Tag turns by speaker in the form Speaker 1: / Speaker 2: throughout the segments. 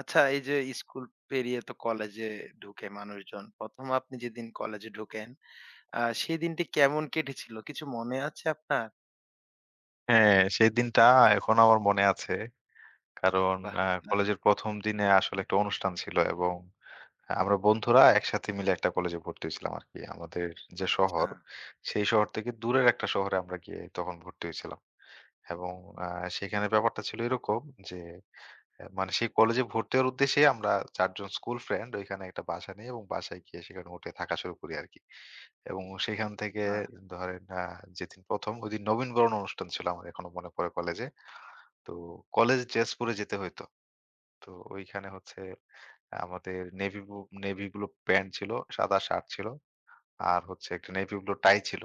Speaker 1: আচ্ছা এই যে স্কুল পেরিয়ে তো কলেজে ঢুকে মানুষজন। ১ম আপনি যেদিন কলেজে ঢোকেন, সেই দিনটি কেমন কেটেছিল? কিছু মনে আছে আপনার?
Speaker 2: হ্যাঁ, সেই দিনটা এখনো আমার মনে আছে। কারণ
Speaker 1: বাহ! দারুণ।
Speaker 2: কলেজের ১ম দিনে আসলে একটা অনুষ্ঠান ছিল এবং আমরা বন্ধুরা একসাথে মিলে একটা কলেজে ভর্তি হয়েছিলাম আরকি। আমাদের যে শহর,
Speaker 1: আচ্ছা,
Speaker 2: সেই শহর থেকে দূরের একটা শহরে আমরা গিয়ে তখন ভর্তি হয়েছিলাম। এবং আ সেখানে ব্যাপারটা ছিল এরকম যে হ্যাঁ, মানে সেই কলেজে ভর্তি হওয়ার উদ্দেশ্যে আমরা ৪ জন স্কুল ফ্রেন্ড ওইখানে একটা বাসা নেই এবং বাসায় গিয়ে সেখানে উঠে থাকা শুরু করি আরকি। এবং সেখান থেকে
Speaker 1: বাহ!
Speaker 2: ধরেন যেদিন ১ম ওইদিন নবীনবরণ অনুষ্ঠান ছিল আমার এখনো মনে পড়ে কলেজে। তো কলেজ ড্রেস পরে যেতে হইতো। তো ওইখানে হচ্ছে আমাদের নেভি ব্লু প্যান্ট ছিল, সাদা শার্ট ছিল। আর হচ্ছে একটা নেভি ব্লু টাই ছিল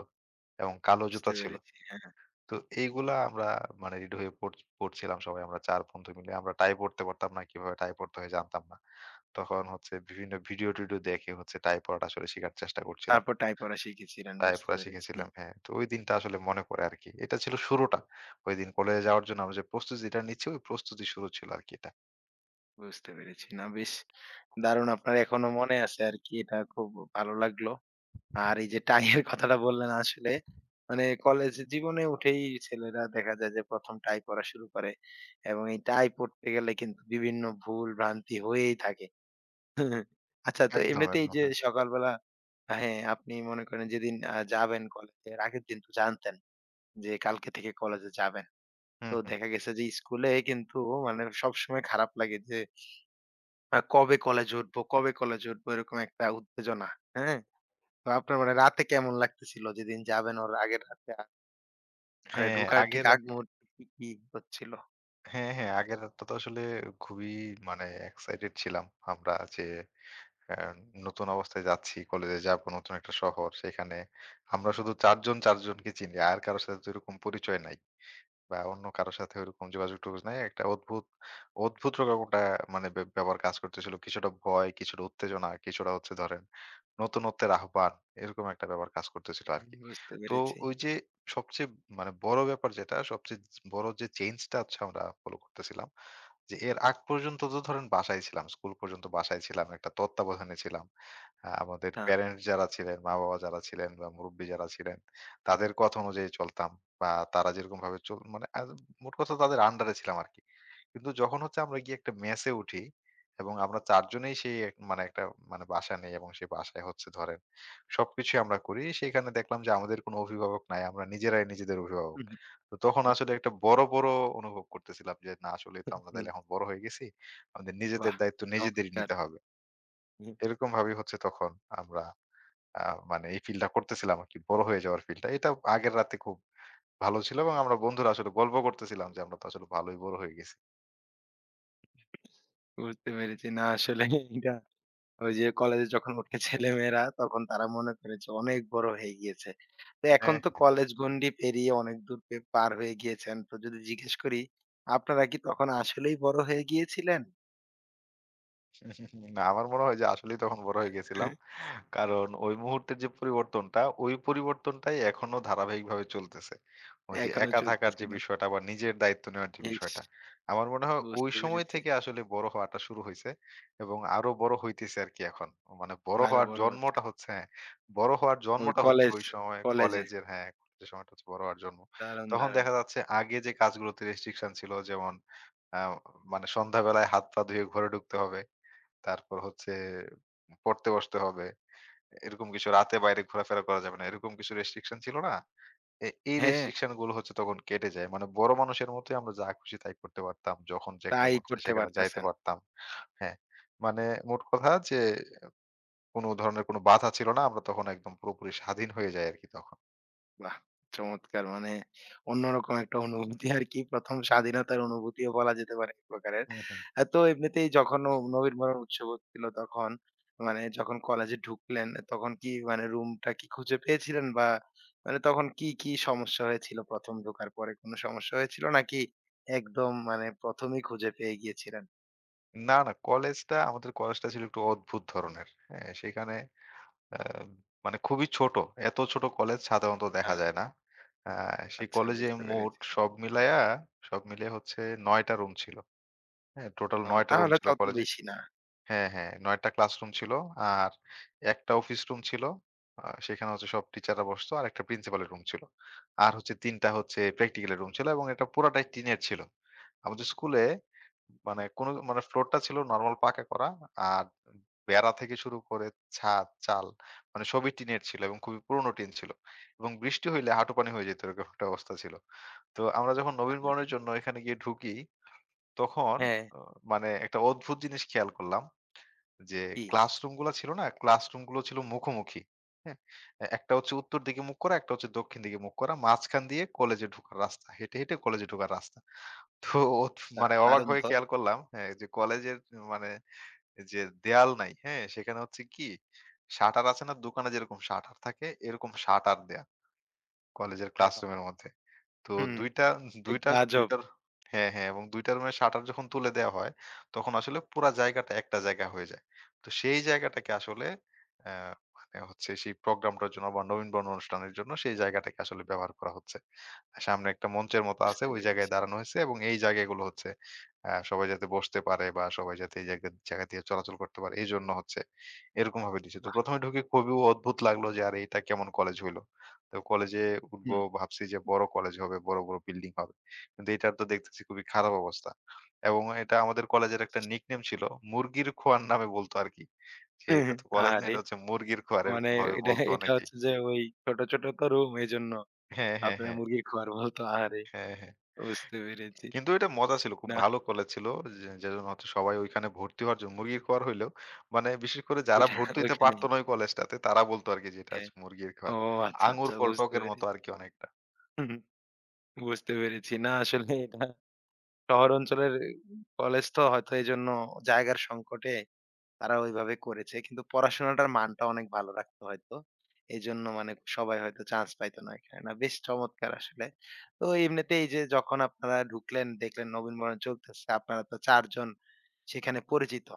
Speaker 2: এবং কালো
Speaker 1: বুঝতে
Speaker 2: জুতা ছিল।
Speaker 1: পেরেছি। হ্যাঁ, হ্যাঁ।
Speaker 2: তো এইগুলা আমরা মানে রেডি হয়ে পড়ছিলাম সবাই। আমরা ৪ বন্ধু মিলে। আমরা টাই পড়তে পারতাম না। কিভাবে টাই পড়তে হয় জানতাম না। তখন হচ্ছে বিভিন্ন ভিডিও-টিডিও দেখে হচ্ছে টাই পড়াটা আসলে শিখার চেষ্টা করছিলাম।
Speaker 1: তারপর টাই পড়া শিখেছিলেন।
Speaker 2: টাই
Speaker 1: বুঝতে
Speaker 2: পড়া
Speaker 1: পেরেছি,
Speaker 2: শিখেছিলাম, হ্যাঁ। তো ওই দিনটা আসলে মনে পড়ে আরকি। এটা ছিল শুরুটা। ওইদিন কলেজে যাওয়ার জন্য আমরা যে প্রস্তুতিটা নিচ্ছি, ওই প্রস্তুতি শুরু ছিল আরকি এটা।
Speaker 1: বুঝতে পেরেছি। না বেশ দারুণ আপনার এখনো মনে আছে আরকি। এটা খুব ভালো লাগলো। আর এই যে টাইয়ের কথাটা বললেন আসলে মানে কলেজ জীবনে উঠেই ছেলেরা দেখা যায় যে ১ম টাই পড়া শুরু করে এবং এই টাই পড়তে গেলে কিন্তু বিভিন্ন ভুল ভ্রান্তি হয়েই থাকে। আচ্ছা তো
Speaker 2: একদম,
Speaker 1: এমনিতে এই
Speaker 2: একদম।
Speaker 1: যে
Speaker 2: হ্যাঁ।
Speaker 1: সকালবেলা হ্যাঁ, আপনি মনে করেন যেদিন যাবেন কলেজে এর আগের দিন তো জানতেন যে কালকে থেকে কলেজে যাবেন।
Speaker 2: হুম,
Speaker 1: তো
Speaker 2: হুম।
Speaker 1: দেখা গেছে যে স্কুলে কিন্তু মানে সবসময় খারাপ লাগে যে কবে কলেজে উঠবো, কবে কলেজে উঠবো এরকম একটা উত্তেজনা, হ্যাঁ? তো আপনার মানে রাতে কেমন লাগতেছিল যেদিন যাবেন ওর আগের রাতে? মানে
Speaker 2: হ্যাঁ,
Speaker 1: ঢোকার ঠিক
Speaker 2: আগের
Speaker 1: আগ
Speaker 2: রাত
Speaker 1: মুহূর্তে কি, কি হচ্ছিল?
Speaker 2: হ্যাঁ, হ্যাঁ। আগের রাতটা তো আসলে খুবই মানে এক্সাইটেড ছিলাম আমরা যে অ্যা নতুন অবস্থায় যাচ্ছি, কলেজে যাবো, নতুন একটা শহর। সেখানে আমরা শুধু ৪ জন ৪ জনকে চিনি। আর কারো সাথে তো এরকম পরিচয় নাই। বা অন্য কারো সাথে ওইরকম যোগাযোগ-টোগাযোগ নাই। একটা অদ্ভুত, অদ্ভুত রকম একটা মানে ব্যাপার কাজ করতেছিল। কিছুটা ভয়, কিছুটা উত্তেজনা, কিছুটা হচ্ছে ধরেন নতুনত্বের আহ্বান। এরকম একটা ব্যাপার কাজ করতেছিল
Speaker 1: হুম,
Speaker 2: আরকি।
Speaker 1: বুঝতে
Speaker 2: তো
Speaker 1: পেরেছি।
Speaker 2: ওই যে সবচেয়ে মানে বড় ব্যাপার যেটা, সবচেয়ে বড় যে চেঞ্জ টা হচ্ছে আমরা ফলো করতেছিলাম। যে এর আগ পর্যন্ত তো ধরেন বাসায় ছিলাম। স্কুল পর্যন্ত বাসায় ছিলাম। একটা তত্ত্বাবধানে ছিলাম। আমাদের
Speaker 1: হ্যাঁ।
Speaker 2: প্যারেন্টস যারা ছিলেন, মা-বাবা যারা ছিলেন বা মুরুব্বি যারা ছিলেন, তাদের কথা অনুযায়ী চলতাম। বা তারা যেরকমভাবে মানে মোট কথা তাদের আন্ডারে ছিলাম আরকি। কিন্তু যখন হচ্ছে আমরা গিয়ে একটা মেসে উঠি এবং আমরা ৪ জনেই সেই এক মানে একটা মানে বাসা নেই এবং সেই বাসায় হচ্ছে ধরেন সবকিছুই আমরা করি। সেখানে দেখলাম যে আমাদের কোনো অভিভাবক নাই। আমরা নিজেরাই নিজেদের অভিভাবক।
Speaker 1: হুম, হুম।
Speaker 2: তো তখন আসলে একটা বড়, বড় অনুভব করতেছিলাম যে না আসলেই তো আমরা
Speaker 1: হুম,
Speaker 2: তাইলে এখন বড় হয়ে গেছি। আমাদের নিজেদের
Speaker 1: বাহ!
Speaker 2: দায়িত্ব নিজেদেরই
Speaker 1: চমৎকার।
Speaker 2: নিতে হবে।
Speaker 1: হুম,
Speaker 2: এরকম ভাবেই হচ্ছে তখন আমরা আ মানে এই ফিলটা করতেছিলাম আরকি বড় হয়ে যাওয়ার ফিলটা। এটা আগের রাতে খুব ভালো ছিল এবং আমরা বন্ধুরা আসলে গল্প করতেছিলাম যে আমরা তো আসলে ভালোই বড় হয়ে গেছি।
Speaker 1: বুঝতে পেরেছি। না আসলে এটা ওই যে কলেজে যখন উঠে ছেলেমেয়েরা তখন তারা মনে করে যে অনেক বড় হয়ে গিয়েছে। তো এখন
Speaker 2: অ্যা
Speaker 1: তো কলেজ গণ্ডি পেরিয়ে অনেক দূর পার হয়ে গিয়েছেন। তো যদি জিজ্ঞেস করি আপনারা কি তখন আসলেই বড় হয়ে গিয়েছিলেন?
Speaker 2: না, আমার মনে হয় যে আসলেই তখন বড় হয়ে গেছিলাম। কারণ ওই মুহূর্তের যে পরিবর্তনটা, ওই পরিবর্তনটাই এখনো ধারাবাহিকভাবে চলতেছে। ওই যে
Speaker 1: এখনো
Speaker 2: একা থাকার
Speaker 1: চলতেছে
Speaker 2: যে
Speaker 1: না।
Speaker 2: বিষয়টা বা নিজের দায়িত্ব নেওয়ার যে
Speaker 1: ইস!
Speaker 2: বিষয়টা। আমার মনে হয় ওই
Speaker 1: বুঝতে
Speaker 2: সময়
Speaker 1: পেরেছি।
Speaker 2: থেকে আসলে বড় হওয়াটা শুরু হইছে এবং আরো বড় হইতেছে আরকি এখন। মানে বড়
Speaker 1: আরো
Speaker 2: হওয়ার
Speaker 1: বড় হচ্ছে।
Speaker 2: জন্মটা হচ্ছে হ্যাঁ, বড় হওয়ার
Speaker 1: ওই
Speaker 2: জন্মটা হচ্ছে
Speaker 1: কলেজ,
Speaker 2: ওই সময়
Speaker 1: কলেজে।
Speaker 2: কলেজের হ্যাঁ, যে সময়টা হচ্ছে বড় হওয়ার জন্ম।
Speaker 1: দারুণ,
Speaker 2: তখন
Speaker 1: দারুণ।
Speaker 2: দেখা যাচ্ছে আগে যে কাজগুলোতে রেস্ট্রিকশন ছিল যেমন আ মানে সন্ধ্যাবেলায় হাত-পা ধুয়ে ঘরে ঢুকতে হবে। তারপর হচ্ছে পড়তে বসতে হবে। এরকম কিছু রাতে বাইরে ঘোরাফেরা করা যাবে না। এরকম কিছু রেস্ট্রিকশন ছিল না? এই
Speaker 1: হ্যাঁ,
Speaker 2: রেস্ট্রিকশন গুলো হচ্ছে তখন কেটে যায়। মানে বড় মানুষের মতোই আমরা যা খুশি তাই করতে পারতাম। যখন যেখানে
Speaker 1: তাই
Speaker 2: মন চায়
Speaker 1: করতে
Speaker 2: সেখানে যাইতে
Speaker 1: পারতেছেন।
Speaker 2: পারতাম। হ্যাঁ, মানে মোট কথা যে কোন ধরনের কোন বাধা ছিল না। আমরা তখন একদম পুরোপুরি স্বাধীন হয়ে যাই আরকি তখন।
Speaker 1: বাহ! চমৎকার। মানে অন্যরকম একটা অনুভূতি আরকি। ১ম স্বাধীনতার অনুভূতিও বলা যেতে পারে এক প্রকারের।
Speaker 2: হু, হু।
Speaker 1: তো এমনিতেই যখন নবীন বরণ উৎসব হচ্ছিল তখন মানে যখন কলেজে ঢুকলেন তখন কি মানে রুমটা কি খুঁজে পেয়েছিলেন? বা মানে তখন কি, কি সমস্যা হয়েছিল ১ম ঢোকার পরে কোনো সমস্যা হয়েছিল? নাকি একদম মানে ১ম এই খুঁজে পেয়ে গিয়েছিলেন?
Speaker 2: না, না কলেজটা আমাদের কলেজটা ছিল একটু অদ্ভুত ধরনের। হ্যাঁ, সেখানে আ মানে খুবই ছোট। এত ছোট কলেজ সাধারণত দেখা
Speaker 1: হ্যাঁ,
Speaker 2: যায় না। আ সেই
Speaker 1: আচ্ছা
Speaker 2: কলেজে
Speaker 1: বুঝতে
Speaker 2: মোট
Speaker 1: পেরেছি।
Speaker 2: সব মিলিয়ে হচ্ছে ৯ টা রুম ছিল। হ্যাঁ? টোটাল
Speaker 1: ও
Speaker 2: ৯ টা রুম
Speaker 1: তাহলে
Speaker 2: ছিল
Speaker 1: তত
Speaker 2: কলেজে।
Speaker 1: বেশি না।
Speaker 2: হ্যাঁ, হ্যাঁ ৯ টা ক্লাসরুম ছিল। আর একটা অফিস রুম ছিল। সেখানে হচ্ছে সব টিচাররা বসতো। আর একটা প্রিন্সিপালের রুম ছিল। আর হচ্ছে ৩ টা হচ্ছে প্র্যাকটিক্যালের রুম ছিল এবং এটা পুরাটাই টিনের ছিল। আমাদের স্কুলে মানে কোন মানে ফ্লোরটা ছিল নরমাল পাকা করা। আর বেড়া থেকে শুরু করে ছাদ, চাল মানে সবই টিনের ছিল এবং খুবই পুরনো টিন ছিল। এবং বৃষ্টি হইলে হাঁটু পানি হয়ে যেত এরকম একটা অবস্থা ছিল। তো আমরা যখন
Speaker 1: আহারে!
Speaker 2: নবীনবরণের জন্য এখানে গিয়ে ঢুকি তখন
Speaker 1: হ্যাঁ,
Speaker 2: অ মানে একটা অদ্ভুত জিনিস খেয়াল করলাম যে
Speaker 1: কি?
Speaker 2: ক্লাসরুম গুলো ছিল মুখোমুখি। হ্যাঁ? একটা হচ্ছে উত্তর দিকে মুখ করা, একটা হচ্ছে দক্ষিণ দিকে মুখ করা। মাঝখান দিয়ে কলেজে ঢোকার রাস্তা। হেঁটে, হেঁটে কলেজে ঢোকার রাস্তা। তো ওত মানে অবাক
Speaker 1: দারুণ
Speaker 2: হয়ে
Speaker 1: তো।
Speaker 2: খেয়াল করলাম, হ্যাঁ, যে কলেজের মানে যে দেয়াল নাই, হ্যাঁ? সেখানে হচ্ছে কি শাটার আছে না দোকানে যেরকম শাটার থাকে, এরকম শাটার দেয়া কলেজের
Speaker 1: ওরে বাবা!
Speaker 2: ক্লাসরুমের মধ্যে। তো
Speaker 1: হুম।
Speaker 2: ২ টা ২
Speaker 1: একটু
Speaker 2: টা ২
Speaker 1: আজব
Speaker 2: টার হ্যাঁ, হ্যাঁ, এবং ২ টা রুমের শাটার যখন তুলে দেয়া হয়, তখন আসলে পুরা জায়গাটা একটা জায়গা হয়ে যায়। তো সেই জায়গাটাকে আসলে অ্যা মানে হচ্ছে সেই প্রোগ্রামটার জন্য বা নবীনবরণ অনুষ্ঠানের জন্য সেই জায়গাটাকে আসলে ব্যবহার করা হচ্ছে। সামনে একটা মঞ্চের মতো আছে।
Speaker 1: বুঝতে
Speaker 2: ওই জায়গায়
Speaker 1: পেরেছি।
Speaker 2: দাঁড়ানো হইছে এবং এই জায়গাগুলো হচ্ছে সবাই যাতে বসতে পারে বা সবাই যাতে এই জায়গা জায়গা দিয়ে চলাচল করতে পারে। এজন্য হচ্ছে এরকমভাবে দিছে। তো
Speaker 1: বাহ!
Speaker 2: ১ম এ ঢুকে খুবই অদ্ভুত লাগলো যে আরে এটা কেমন কলেজ হইলো। তো কলেজে উঠবো
Speaker 1: হুম।
Speaker 2: ভাবছি যে বড় কলেজ হবে, বড়, বড় বিল্ডিং হবে। কিন্তু এটার তো দেখতেছি খুবই খারাপ অবস্থা। এবং এটা আমাদের কলেজের একটা নিকনেম ছিল। মুরগির খোয়ার নামে বলতো আরকি। যে এটা তো কলেজ না
Speaker 1: আহারে!
Speaker 2: এটা হচ্ছে মুরগির খোয়ার
Speaker 1: মানে
Speaker 2: এরকমভাবে
Speaker 1: এটা
Speaker 2: বলতো
Speaker 1: এটা
Speaker 2: অনেকেই।
Speaker 1: হচ্ছে যে ওই ছোট, ছোট তো রুম এজন্য
Speaker 2: হ্যাঁ, হ্যাঁ,
Speaker 1: আপনার
Speaker 2: হ্যাঁ।
Speaker 1: মুরগির ঘর বলতো আহারে!
Speaker 2: হ্যাঁ, হ্যাঁ।
Speaker 1: বুঝতে পেরেছি।
Speaker 2: কিন্তু এটা মজা ছিল। খুব
Speaker 1: না
Speaker 2: ভালো কলেজ ছিল। যে যেজন্য হচ্ছে সবাই ওইখানে ভর্তি হওয়ার জন্য মুরগির খাওয়ার হইলেও মানে বিশেষ করে যারা
Speaker 1: ওইটা
Speaker 2: ভর্তি হইতে
Speaker 1: ওইখানেই।
Speaker 2: পারতো না ওই কলেজটাতে তারা বলতো আরকি যে এটা
Speaker 1: হ্যাঁ।
Speaker 2: হচ্ছে মুরগির
Speaker 1: ও
Speaker 2: খাওয়ার।
Speaker 1: আচ্ছা,
Speaker 2: আঙ্গুর
Speaker 1: আচ্ছা
Speaker 2: ফল
Speaker 1: বুঝতে
Speaker 2: টকের মতো
Speaker 1: পেরেছি।
Speaker 2: আরকি অনেকটা।
Speaker 1: হুম, বুঝতে পেরেছি। না আসলে এটা শহর অঞ্চলের কলেজ তো হয়তো এজন্য জায়গার সংকটে তারা ওইভাবে করেছে। কিন্তু পড়াশোনাটার মানটা অনেক ভালো রাখতো হয়তো। এজন্য মানে সবাই হয়তো চান্স পাইত না এখানে। না বেশ চমৎকার আসলে। তো এমনিতে এই যে যখন আপনারা ঢুকলেন দেখলেন নবীন বরণ চলতেছে, আপনারা তো ৪ জন সেখানে পরিচিত।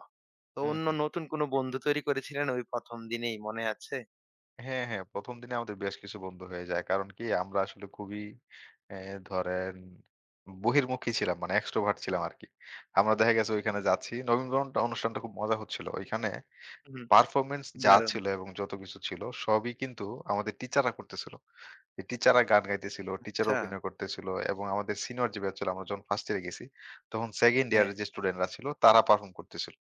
Speaker 1: তো
Speaker 2: হুম,
Speaker 1: অন্য
Speaker 2: হুম।
Speaker 1: নতুন কোনো বন্ধু তৈরি করেছিলেন ওই ১ম দিনেই মনে আছে?
Speaker 2: হ্যাঁ, হ্যাঁ। ১ম দিনে আমাদের বেশ কিছু বন্ধু হয়ে যায়। কারণ কি আমরা আসলে খুবই এ ধরেন বহির্মুখী ছিলাম মানে এক্সট্রোভার্ট ছিলাম আরকি। আমরা দেখা গেছে ওইখানে যাচ্ছি। নবীনবরণ অনুষ্ঠানটা খুব মজা হচ্ছিল। ওইখানে
Speaker 1: হুম।
Speaker 2: পারফরম্যান্স যা
Speaker 1: দারুণ।
Speaker 2: ছিল এবং যত কিছু ছিল সবই কিন্তু আমাদের টিচাররা করতেছিল। টিচাররা গান গাইতেছিল, টিচার
Speaker 1: আচ্ছা,
Speaker 2: অভিনয় করতেছিল এবং আমাদের সিনিয়র যে ব্যাচ ছিল আমরা যখন ফার্স্ট ইয়ারে গেছি, তখন সেকেন্ড
Speaker 1: হ্যাঁ।
Speaker 2: ইয়ারের যে স্টুডেন্টরা ছিল তারা পারফর্ম করতেছিল।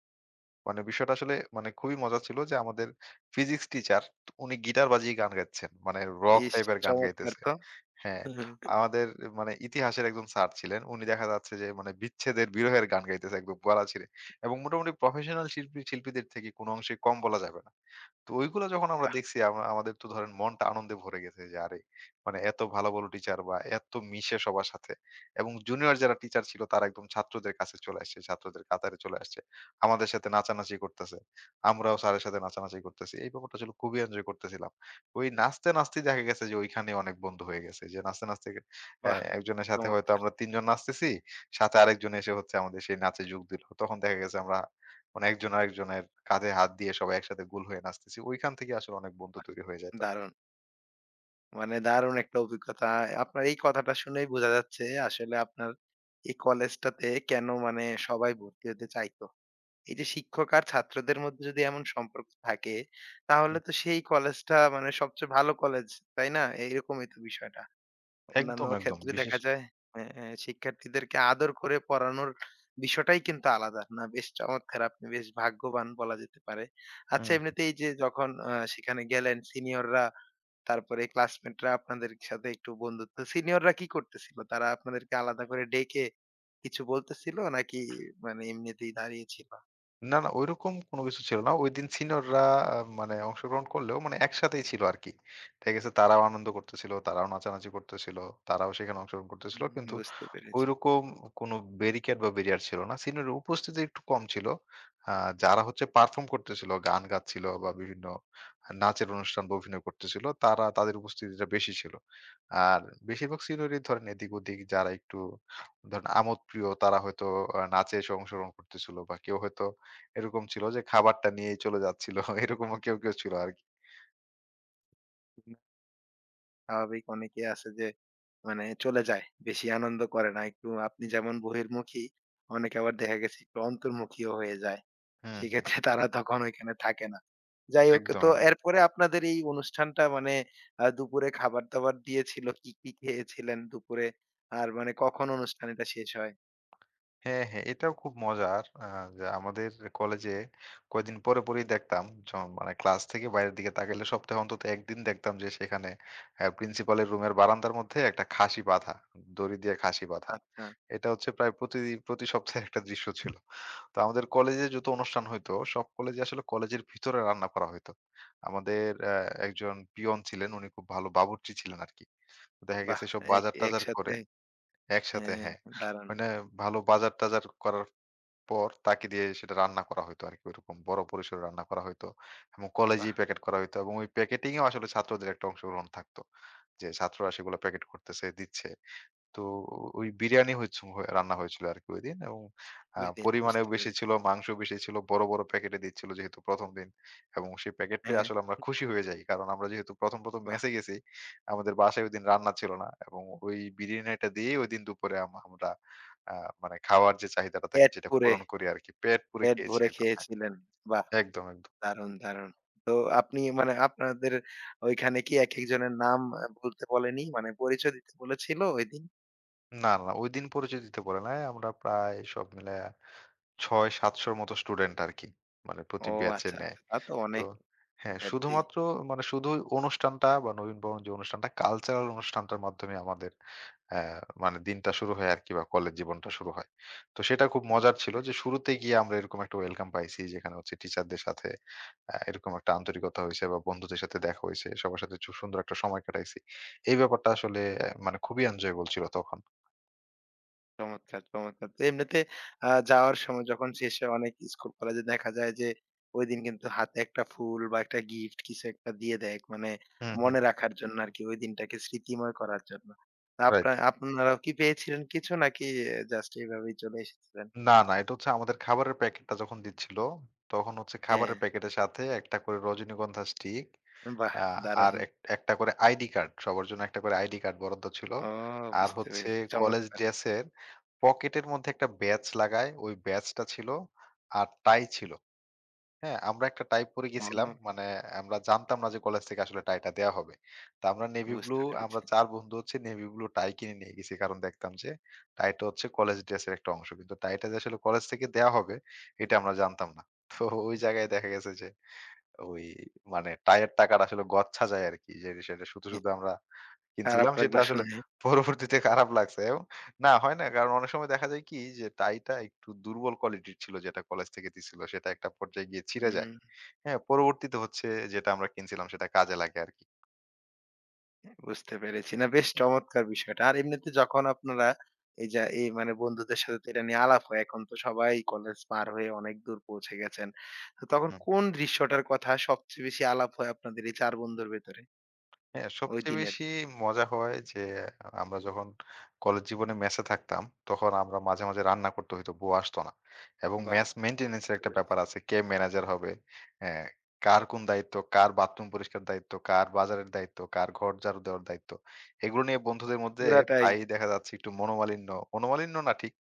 Speaker 2: মানে বিষয়টা আসলে মানে খুবই মজা ছিল যে আমাদের ফিজিক্স টিচার উনি গিটার বাজিয়ে গান গাইতেছেন। মানে রক
Speaker 1: ইস
Speaker 2: টাইপের গান
Speaker 1: চমৎকার
Speaker 2: গাইতেছে।
Speaker 1: তো।
Speaker 2: হ্যাঁ,
Speaker 1: হুম,
Speaker 2: আমাদের মানে ইতিহাসের একজন স্যার ছিলেন। উনি দেখা যাচ্ছে যে মানে বিচ্ছেদের, বিরহের গান গাইতেছে একদম গলা ছিঁড়ে এবং মোটামুটি প্রফেশনাল শিল্পী শিল্পীদের থেকে কোনো অংশে কম বলা যাবে না। তো ওইগুলো যখন আমরা
Speaker 1: বাহ!
Speaker 2: দেখছি আমাদের তো ধরেন মনটা আনন্দে ভরে গেছে যে আরে মানে এত ভালো ভালো টিচার বা এত মিশে সবার সাথে এবং জুনিয়র যারা টিচার ছিল তারা একদম ছাত্রদের কাছে চলে আসছে ছাত্রদের কাতারে চলে আসছে আমাদের সাথে নাচানাচি করতেছে আমরাও স্যারের সাথে নাচানাচি করতেছি এই ব্যাপারটা আসলে খুবই এনজয় করতেছিলাম ওই নাচতে নাচতে দেখা গেছে যে ওইখানে অনেক বন্ধু হয়ে গেছে যে নাচতে নাচতে
Speaker 1: বাহ!
Speaker 2: আহ, একজনের সাথে হয়তো
Speaker 1: চমৎকার।
Speaker 2: আমরা তিনজন নাচতেছি সাথে আরেকজন এসে হচ্ছে আমাদের সেই নাচে যোগ দিল তখন দেখা গেছে আমরা মানে একজন আরেকজনের কাঁধে হাত দিয়ে সবাই একসাথে গোল হয়ে নাচতেছি। ওইখান থেকে আসলে অনেক বন্ধু
Speaker 1: বাহ!
Speaker 2: তৈরি হয়ে যায় তখন।
Speaker 1: দারুণ। মানে দারুণ একটা অভিজ্ঞতা। আপনার এই কথাটা শুনেই বোঝা যাচ্ছে আসলে আপনার এই কলেজটাতে কেন মানে সবাই ভর্তি হতে চাইতো। এই যে শিক্ষক আর ছাত্রদের মধ্যে যদি এমন সম্পর্ক থাকে, তাহলে
Speaker 2: হুম।
Speaker 1: তো সেই কলেজটা মানে সবচেয়ে ভালো কলেজ, তাই না? এরকমই তো বিষয়টা। অন্যান্য
Speaker 2: একদম, একদম।
Speaker 1: ক্ষেত্রে দেখা যায় হ্যাঁ, হ্যাঁ, শিক্ষার্থীদেরকে আদর করে পড়ানোর বিষয়টাই কিন্তু আলাদা। না বেশ চমৎকার আপনি বেশ ভাগ্যবান বলা যেতে পারে। আচ্ছা
Speaker 2: হু।
Speaker 1: এমনিতে এই যে যখন সেখানে গেলেন সিনিয়ররা তারপরে ক্লাসমেটরা আপনাদের সাথে একটু বন্ধুত্ব সিনিয়ররা কি করতেছিল? তারা আপনাদেরকে আলাদা করে ডেকে কিছু বলতেছিল? নাকি মানে এমনিতেই দাঁড়িয়ে ছিল?
Speaker 2: না, না ঐরকম কোনো কিছু ছিল না। ঐদিন সিনিয়ররা মানে অংশগ্রহণ করলেও মানে একসাথেই ছিল আরকি। ঠিক আছে? তারাও আনন্দ করতেছিল, তারাও নাচানাচি করতেছিল, তারাও সেখানে অংশগ্রহণ করতেছিল।
Speaker 1: হুম,
Speaker 2: কিন্তু
Speaker 1: বুঝতে পেরেছি।
Speaker 2: ঐরকম কোনো ব্যারিকেড বা ব্যারিয়ার ছিল না। সিনিয়রের উপস্থিতি একটু কম ছিল। আ যারা হচ্ছে পারফর্ম করতেছিল, গান গাচ্ছিল বা বিভিন্ন নাচের অনুষ্ঠান বা অভিনয় করতেছিল, তারা তাদের উপস্থিতিটা বেশি ছিল। আর বেশিরভাগ সিনিয়রই ধরেন এদিক ওদিক যারা একটু ধরেন আমোদপ্রিয় তারা হয়তো নাচে এসে অংশগ্রহণ করতেছিল বা কেউ হয়তো এরকম ছিল যে খাবারটা নিয়েই চলে যাচ্ছিল। এরকমও কেউ, কেউ ছিল আরকি।
Speaker 1: হুম, স্বাভাবিক অনেকে আছে যে মানে চলে যায়। বেশি আনন্দ করে না। একটু আপনি যেমন বহির্মুখী, অনেকে আবার দেখা গেছে একটু অন্তর্মুখীও হয়ে যায়।
Speaker 2: হুম, হুম।
Speaker 1: সেক্ষেত্রে তারা তখন ওইখানে থাকে না। যাই হোক তো
Speaker 2: একদম।
Speaker 1: এরপরে আপনাদের এই অনুষ্ঠানটা মানে দুপুরে খাবার-দাবার দিয়েছিল কি, কি খেয়েছিলেন দুপুরে? আর মানে কখন অনুষ্ঠানটা শেষ হয়?
Speaker 2: হ্যাঁ, হ্যাঁ, এটাও খুব মজার। যে আমাদের কলেজে পরেই দেখতাম মানে ক্লাস থেকে বাইরের দিকে তাকাইলে সপ্তাহে অন্তত ১ দিন দেখতাম যে সেখানে প্রিন্সিপালের রুমের বারান্দার মধ্যে একটা খাসি বাঁধা। দড়ি দিয়ে খাসি বাঁধা।
Speaker 1: আচ্ছা,
Speaker 2: এটা হচ্ছে প্রায় প্রতি প্রতি সপ্তাহে একটা দৃশ্য ছিল। তো আমাদের কলেজে যত অনুষ্ঠান হইতো, সব কলেজে আসলে কলেজের ভিতরে রান্না করা হইতো। আমাদের একজন পিয়ন ছিলেন, উনি খুব ভালো বাবুর্চি ছিলেন আরকি। দেখা
Speaker 1: বাহ!
Speaker 2: গেছে সব
Speaker 1: এক
Speaker 2: বাজার-টাজার
Speaker 1: একসাথে
Speaker 2: করে একসাথে
Speaker 1: হ্যাঁ,
Speaker 2: হ্যাঁ,
Speaker 1: দারুণ।
Speaker 2: মানে ভালো বাজার-টাজার করার পর তাকে দিয়ে সেটা রান্না করা হইতো আরকি। ওইরকম বড় পরিসরে রান্না করা হইতো এবং
Speaker 1: বাহ!
Speaker 2: কলেজেই প্যাকেট করা হইতো এবং ওই প্যাকেটিং এও আসলে ছাত্রদের একটা অংশগ্রহণ থাকতো। যে ছাত্ররা সেগুলো প্যাকেট করতেছে, দিচ্ছে। তো ওই বিরিয়ানি রান্না হয়েছিল আরকি ঐদিন এবং
Speaker 1: ২ দিন
Speaker 2: পরিমাণেও
Speaker 1: বুঝতে
Speaker 2: বেশি ছিল,
Speaker 1: পেরেছি।
Speaker 2: মাংস বেশি ছিল। বড়, বড় প্যাকেটে দিচ্ছিল যেহেতু ১ম দিন এবং সেই প্যাকেট পেয়ে
Speaker 1: হ্যাঁ,
Speaker 2: আসলে আমরা খুশি হয়ে যাই। কারণ আমরা যেহেতু ১ম, ১ম
Speaker 1: বাহ!
Speaker 2: মেসে গেছি, আমাদের বাসায় ঐদিন রান্না ছিল না এবং ওই বিরিয়ানিটা দিয়েই ঐদিন দুপুরে আমরা আ মানে খাওয়ার যে চাহিদাটা থাকে
Speaker 1: পেট
Speaker 2: সেটা
Speaker 1: পুরে,
Speaker 2: পূরণ করি আরকি। পেট পুরে
Speaker 1: পেট
Speaker 2: খেয়েছি
Speaker 1: ভরে
Speaker 2: একদম। হ্যাঁ,
Speaker 1: খেয়েছিলেন। বাহ!
Speaker 2: একদম, একদম।
Speaker 1: দারুণ, দারুণ। তো আপনি মানে আপনাদের ওইখানে কি একেকজনের নাম বলতে বলেনি? মানে পরিচয় দিতে বলেছিল ওইদিন?
Speaker 2: না, না ঐদিন পরিচিতিতে পড়ে নাই। আমরা প্রায় সব মিলায়া ৬-৭০০ র মতো স্টুডেন্ট আরকি। মানে প্রতি
Speaker 1: ও
Speaker 2: ব্যাচে
Speaker 1: আচ্ছা,
Speaker 2: নেয়।
Speaker 1: আচ্ছা। তা তো
Speaker 2: তো
Speaker 1: অনেক
Speaker 2: হ্যাঁ,
Speaker 1: শিক্ষার্থী।
Speaker 2: শুধুমাত্র মানে শুধু অনুষ্ঠানটা বা নবীনবরণ যে অনুষ্ঠানটা কালচারাল অনুষ্ঠানটার মাধ্যমে আমাদের অ্যা মানে দিনটা শুরু হয় আরকি বা কলেজ জীবনটা শুরু হয়। তো সেটা খুব মজার
Speaker 1: বুঝতে
Speaker 2: ছিল যে
Speaker 1: পেরেছি।
Speaker 2: শুরুতে গিয়ে আমরা এরকম একটা ওয়েলকাম পাইছি যেখানে হচ্ছে টিচারদের সাথে এরকম একটা আন্তরিকতা হইছে বা বন্ধুদের সাথে দেখা হইছে। সবার সাথে খুব সুন্দর একটা সময় কাটাইছি। এই ব্যাপারটা আসলে মানে খুবই এনজয়েবল ছিল তখন।
Speaker 1: চমৎকার, চমৎকার। তো এমনিতে যাওয়ার সময় যখন শেষে অনেক স্কুল কলেজে দেখা যায় যে ওইদিন কিন্তু হাতে একটা ফুল বা একটা গিফট কিছু একটা দিয়ে দেয়। মানে
Speaker 2: হুম, হুম।
Speaker 1: মনে রাখার জন্য আরকি ওই দিনটাকে স্মৃতিময় করার জন্য। তো
Speaker 2: রাইট।
Speaker 1: আপনা আপনারাও কি পেয়েছিলেন কিছু নাকি জাস্ট এভাবেই চলে এসেছিলেন?
Speaker 2: না, না এটা হচ্ছে আমাদের খাবারের প্যাকেটটা যখন দিচ্ছিল, তখন হচ্ছে
Speaker 1: হ্যাঁ,
Speaker 2: খাবারের প্যাকেটের সাথে একটা করে রজনীগন্ধা স্টিক
Speaker 1: বাহ!
Speaker 2: আ আর
Speaker 1: দারুণ।
Speaker 2: একটা করে আইডি কার্ড, সবার জন্য একটা করে আইডি কার্ড বরাদ্দ ছিল।
Speaker 1: ও
Speaker 2: আর
Speaker 1: বুঝতে
Speaker 2: হচ্ছে
Speaker 1: পেরেছি।
Speaker 2: কলেজ
Speaker 1: চমৎকার।
Speaker 2: ড্রেসের পকেটের মধ্যে একটা ব্যাজ লাগায়, ওই ব্যাজটা ছিল। আর টাই ছিল। হ্যাঁ? আমরা একটা টাই পরে গেছিলাম।
Speaker 1: ও
Speaker 2: মানে আমরা জানতাম না যে কলেজ থেকে আসলে টাইটা দেয়া হবে। তো আমরা নেভি ব্লু
Speaker 1: বুঝতে
Speaker 2: আমরা
Speaker 1: পেরেছি।
Speaker 2: ৪ বন্ধু হচ্ছে নেভি ব্লু টাই কিনে নিয়ে গেছি। কারণ দেখতাম যে টাইটা হচ্ছে কলেজ ড্রেসের একটা অংশ। কিন্তু টাইটা যে আসলে কলেজ থেকে দেয়া হবে এটা আমরা জানতাম না। তো ওই জায়গায় দেখা গেছে যে ওই মানে টাইয়ের টাকাটা আসলে গচ্ছা যায় আরকি। যে সেটা শুধু আমরা
Speaker 1: খারাপ
Speaker 2: কিনছিলাম সেটা
Speaker 1: লাগলো
Speaker 2: আসলে
Speaker 1: শুনে।
Speaker 2: পরবর্তীতে খারাপ লাগছে এবং না হয় না কারণ অনেক সময় দেখা যায় কি যে টাইটা একটু দুর্বল কোয়ালিটির ছিল যেটা কলেজ থেকে দিছিল সেটা একটা পর্যায়ে গিয়ে ছিঁড়ে যায়।
Speaker 1: হুম।
Speaker 2: হ্যাঁ, পরবর্তীতে হচ্ছে যেটা আমরা কিনছিলাম সেটা কাজে লাগে আরকি।
Speaker 1: বুঝতে পেরেছি। না বেশ চমৎকার বিষয়টা। আর এমনিতে যখন আপনারা এই যে এই মানে বন্ধুদের সাথে তো এটা নিয়ে আলাপ হয়। এখন তো সবাই কলেজ পার হয়ে অনেক দূর পৌঁছে গেছেন। তো তখন
Speaker 2: হুম।
Speaker 1: কোন দৃশ্যটার কথা সবচেয়ে বেশি আলাপ হয় আপনাদের এই ৪ বন্ধুর ভেতরে
Speaker 2: হ্যাঁ,
Speaker 1: ওই
Speaker 2: সবচেয়ে
Speaker 1: দিনের?
Speaker 2: বেশি মজা হয় যে আমরা যখন কলেজ জীবনে মেসে থাকতাম, তখন আমরা মাঝে, মাঝে রান্না করতে হইতো, বউ আসতো না। এবং
Speaker 1: বাহ!
Speaker 2: মেস মেইনটেন্যান্স এর
Speaker 1: বুঝতে
Speaker 2: একটা
Speaker 1: পেরেছি।
Speaker 2: ব্যাপার আছে। কে ম্যানেজার হবে? হ্যাঁ, কার কোন দায়িত্ব, কার বাথরুম পরিষ্কার দায়িত্ব, কার বাজারের দায়িত্ব, কার ঘর ঝাড়ু দেওয়ার দায়িত্ব। এগুলো নিয়ে বন্ধুদের মধ্যে
Speaker 1: পুরাটাই
Speaker 2: প্রায়ই দেখা যাচ্ছে একটু মনোমালিন্য, মনোমালিন্য না ঠিক,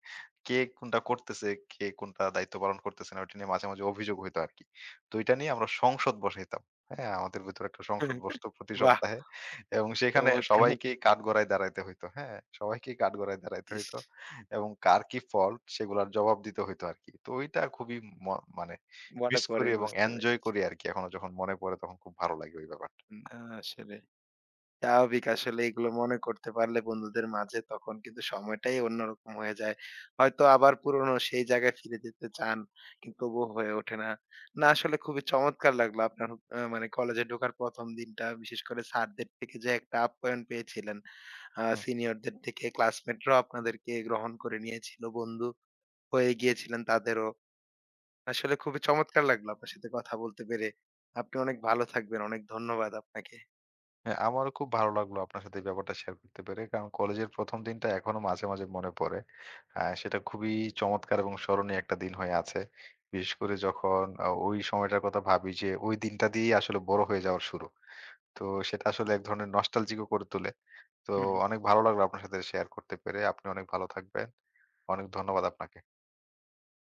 Speaker 2: কে কোনটা করতেছে, কে কোনটা দায়িত্ব পালন করতেছে না, ওইটা নিয়ে মাঝে, মাঝে অভিযোগ হইতো আরকি। তো এটা নিয়ে আমরা সংসদ বসাইতাম। হ্যাঁ, আমাদের ভেতরে একটা সংসদ বসতো প্রতি
Speaker 1: বাহ!
Speaker 2: সপ্তাহে। এবং সেখানে
Speaker 1: চমৎকার।
Speaker 2: সবাইকেই কাঠগড়ায় দাঁড়াইতে হইতো। হ্যাঁ? সবাইকেই কাঠগড়ায় দাঁড়াইতে
Speaker 1: ইস!
Speaker 2: হইতো। এবং কার কি ফল্ট সেগুলার জবাব দিতে হইতো আরকি। তো ওইটা খুবই ম মানে
Speaker 1: মনে
Speaker 2: মিস
Speaker 1: পড়ে
Speaker 2: করি এবং
Speaker 1: বুঝতে
Speaker 2: এনজয়
Speaker 1: পেরেছি।
Speaker 2: করি আরকি। এখনো যখন মনে পড়ে তখন খুব ভালো লাগে ওই ব্যাপারটা।
Speaker 1: না আসলে স্বাভাবিক আসলে এগুলো মনে করতে পারলে বন্ধুদের মাঝে তখন কিন্তু সময়টাই অন্যরকম হয়ে যায়। হয়তো আবার পুরনো সেই জায়গায় ফিরে যেতে চান কিন্তু তবুও হয়ে ওঠে না। না আসলে খুবই চমৎকার লাগলো আপনার মানে কলেজে ঢোকার ১ম দিনটা বিশেষ করে স্যারদের থেকে যে একটা আপ্যায়ন পেয়েছিলেন।
Speaker 2: হুম।
Speaker 1: সিনিয়রদের থেকে ক্লাসমেটরাও আপনাদেরকে গ্রহণ করে নিয়েছিল, বন্ধু হয়ে গিয়েছিলেন তাদেরও। আসলে খুবই চমৎকার লাগলো আপনার সাথে কথা বলতে পেরে। আপনি অনেক ভালো থাকবেন। অনেক ধন্যবাদ আপনাকে।
Speaker 2: হ্যাঁ, আমারও খুব ভালো লাগলো আপনার সাথে এই ব্যাপারটা শেয়ার করতে পেরে। কারণ কলেজের ১ম দিনটা এখনো মাঝে, মাঝে মনে পড়ে। সেটা খুবই চমৎকার এবং স্মরণীয় একটা দিন হয়ে আছে। বিশেষ করে যখন ওই সময়টার কথা ভাবি যে ওই দিনটা দিয়েই আসলে বড় হয়ে যাওয়ার শুরু। তো সেটা আসলে এক ধরনের নস্টালজিক ও করে তোলে। তো অনেক ভালো লাগলো আপনার সাথে শেয়ার করতে পেরে। আপনি অনেক ভালো থাকবেন। অনেক ধন্যবাদ আপনাকে।